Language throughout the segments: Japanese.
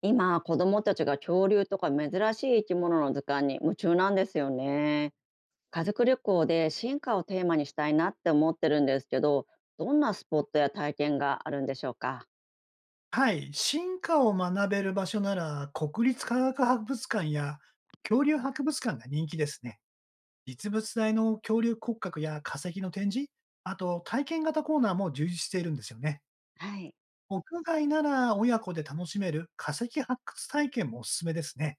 今、子供たちが恐竜とか珍しい生き物の図鑑に夢中なんですよね。家族旅行で進化をテーマにしたいなって思ってるんですけど、どんなスポットや体験があるんでしょうか。はい、進化を学べる場所なら、国立科学博物館や恐竜博物館が人気ですね。実物大の恐竜骨格や化石の展示、あと体験型コーナーも充実しているんですよね。はい。屋外なら親子で楽しめる化石発掘体験もおすすめですね。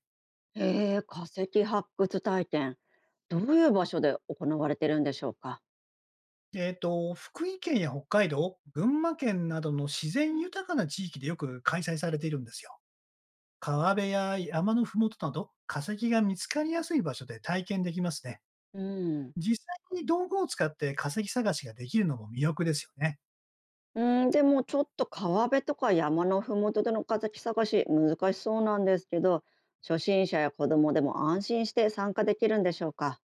へえ、化石発掘体験。どういう場所で行われてるんでしょうか。福井県や北海道、群馬県などの自然豊かな地域でよく開催されているんですよ。川辺や山のふもとなど、化石が見つかりやすい場所で体験できますね。うん。実際に道具を使って化石探しができるのも魅力ですよね。うん、でもちょっと川辺とか山のふもとでの化石探し難しそうなんですけど、初心者や子供でも安心して参加できるんでしょうか。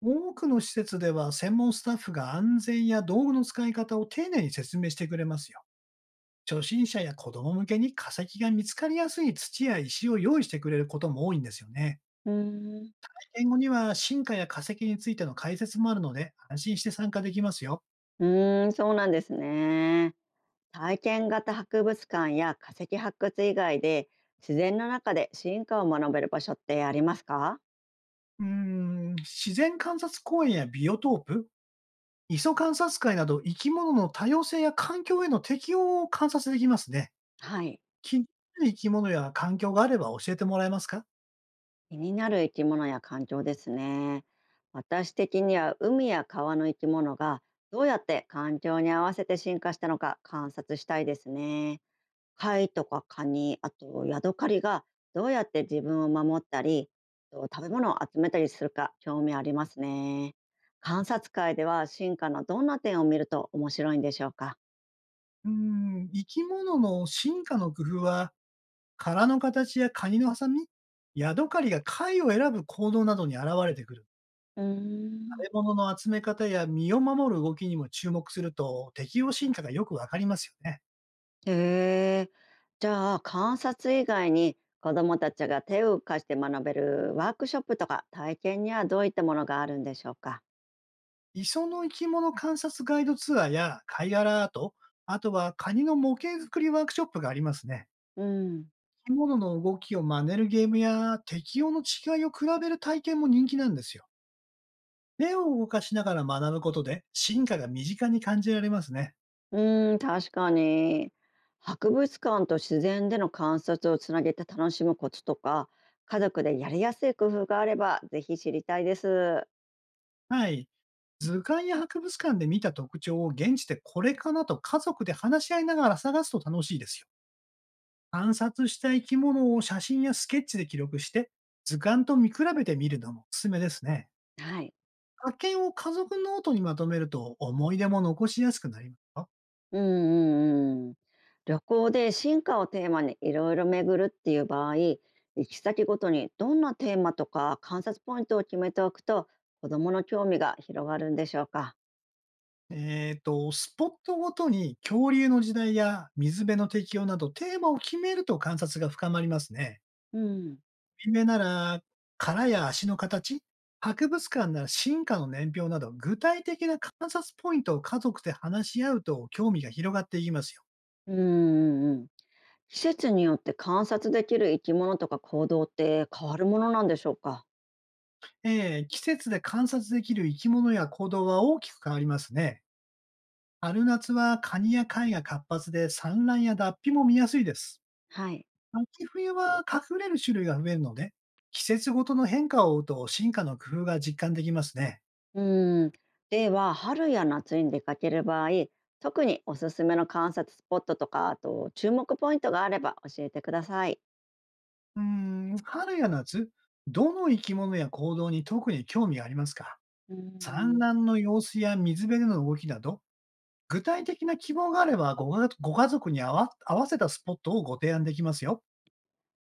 多くの施設では専門スタッフが安全や道具の使い方を丁寧に説明してくれますよ。初心者や子供向けに化石が見つかりやすい土や石を用意してくれることも多いんですよね。うん。英語には進化や化石についての解説もあるので安心して参加できますよ。うーん、そうなんですね。体験型博物館や化石発掘以外で、自然の中で進化を学べる場所ってありますか？自然観察公園やビオトープ、磯観察会など生き物の多様性や環境への適応を観察できますね。はい。気になる生き物や環境があれば教えてもらえますか？気になる生き物や環境ですね。私的には海や川の生き物がどうやって環境に合わせて進化したのか観察したいですね。貝とかカニ、あとヤドカリがどうやって自分を守ったり、と食べ物を集めたりするか興味ありますね。観察会では進化のどんな点を見ると面白いんでしょうか。生き物の進化の工夫は、殻の形やカニのハサミ、ヤドカリが貝を選ぶ行動などに現れてくる。うー食ん、べ物の集め方や身を守る動きにも注目すると、適応進化がよくわかりますよね。へえ。じゃあ、観察以外に子どもたちが手を動かして学べるワークショップとか体験にはどういったものがあるんでしょうか。磯の生き物観察ガイドツアーや貝殻アート、あとはカニの模型作りワークショップがありますね。うん。生き物の動きを真似るゲームや適応の違いを比べる体験も人気なんですよ。手を動かしながら学ぶことで、進化が身近に感じられますね。うん、確かに。博物館と自然での観察をつなげて楽しむコツとか、家族でやりやすい工夫があれば、ぜひ知りたいです。はい。図鑑や博物館で見た特徴を現地でこれかなと家族で話し合いながら探すと楽しいですよ。観察した生き物を写真やスケッチで記録して、図鑑と見比べてみるのもおすすめですね。はい。発見を家族ノートにまとめると思い出も残しやすくなりますよ。うんうんうん。旅行で進化をテーマにいろいろ巡るっていう場合、行き先ごとにどんなテーマとか観察ポイントを決めておくと、子どもの興味が広がるんでしょうか。スポットごとに恐竜の時代や水辺の適用などテーマを決めると観察が深まりますね。うん。有名なら、殻や足の形、博物館なら進化の年表など、具体的な観察ポイントを家族で話し合うと興味が広がっていきますよ。うんうんうん。季節によって観察できる生き物とか行動って変わるものなんでしょうか。季節で観察できる生き物や行動は大きく変わりますね。春夏はカニや貝が活発で産卵や脱皮も見やすいです。はい。秋冬は隠れる種類が増えるので、季節ごとの変化を追うと進化の工夫が実感できますね。うーん。では、春や夏に出かける場合、特におすすめの観察スポットとか、あと注目ポイントがあれば教えてください。うー春や夏、どの生き物や行動に特に興味がありますか？うー産ん。卵の様子や水辺での動きなど、具体的な希望があればご家族に合わせたスポットをご提案できますよ。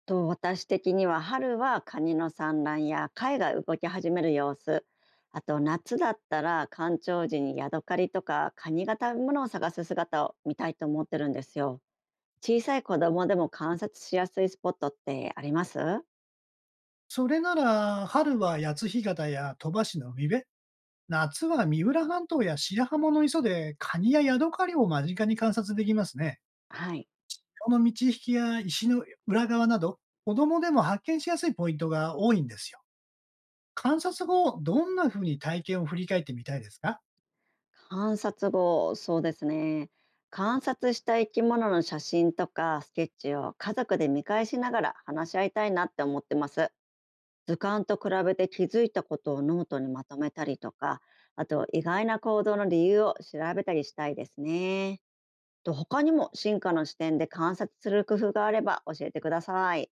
と、私的には春はカニの産卵や貝が動き始める様子、あと夏だったら干潮時にヤドカリとかカニが食べ物を探す姿を見たいと思ってるんですよ。小さい子供でも観察しやすいスポットってありますそれなら、春は八津干潟や鳥羽市の海辺、夏は三浦半島や白浜の磯でカニやヤドカリを間近に観察できますね。はい。この道引きや石の裏側など、子供でも発見しやすいポイントが多いんですよ。観察後、どんなふうに体験を振り返ってみたいですか？観察後、そうですね。観察した生き物の写真とかスケッチを家族で見返しながら話し合いたいなって思ってます。図鑑と比べて気づいたことをノートにまとめたりとか、あと意外な行動の理由を調べたりしたいですね。と、他にも進化の視点で観察する工夫があれば教えてください。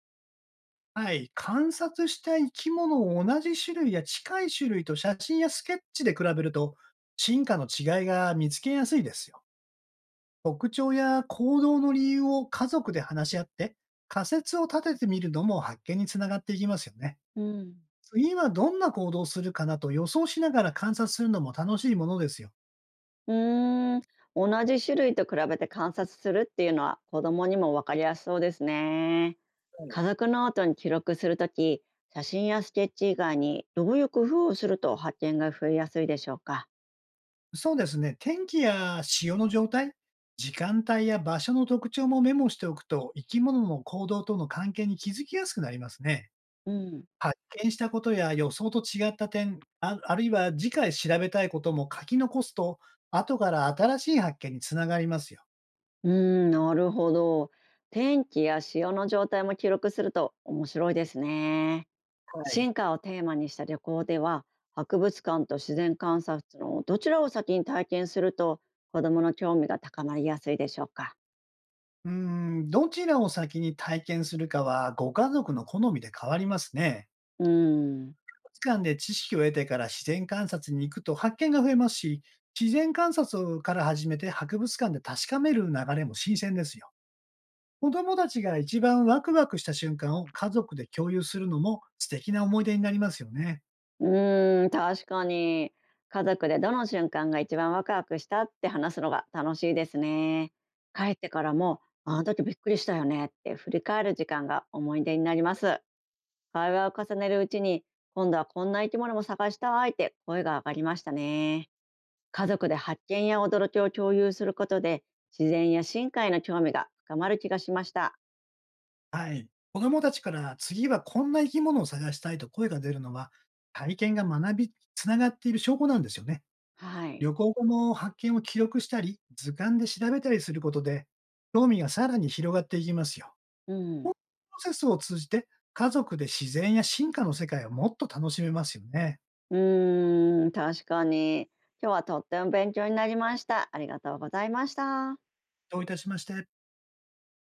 はい。観察した生き物を同じ種類や近い種類と写真やスケッチで比べると、進化の違いが見つけやすいですよ。特徴や行動の理由を家族で話し合って、仮説を立ててみるのも発見につながっていきますよね。うん。次はどんな行動をするかなと予想しながら観察するのも楽しいものですよ。うーん、同じ種類と比べて観察するっていうのは子供にも分かりやすそうですね。家族ノートに記録するとき、写真やスケッチ以外にどういう工夫をすると発見が増えやすいでしょうか。そうですね。天気や潮の状態、時間帯や場所の特徴もメモしておくと、生き物の行動との関係に気づきやすくなりますね。うん、発見したことや予想と違った点、あるいは次回調べたいことも書き残すと、後から新しい発見につながりますよ。うーん、なるほど。天気や潮の状態も記録すると面白いですね。はい。進化をテーマにした旅行では、博物館と自然観察のどちらを先に体験すると子供の興味が高まりやすいでしょうか。どちらを先に体験するかは、ご家族の好みで変わりますね。うーん。期間で知識を得てから自然観察に行くと発見が増えますし、自然観察から始めて博物館で確かめる流れも新鮮ですよ。子供たちが一番ワクワクした瞬間を家族で共有するのも素敵な思い出になりますよね。うん、確かに。家族でどの瞬間が一番ワクワクしたって話すのが楽しいですね。帰ってからも、あの時びっくりしたよねって振り返る時間が思い出になります。会話を重ねるうちに、今度はこんな生き物も探したいって声が上がりましたね。家族で発見や驚きを共有することで、自然や深海の興味が深まる気がしました。はい。子供たちから次はこんな生き物を探したいと声が出るのは、体験が学び、つながっている証拠なんですよね。はい。旅行後も発見を記録したり、図鑑で調べたりすることで、興味がさらに広がっていきますよ。うん。プロセスを通じて、家族で自然や進化の世界をもっと楽しめますよね。うーん、確かに。今日はとっても勉強になりました。ありがとうございました。どういたしまして。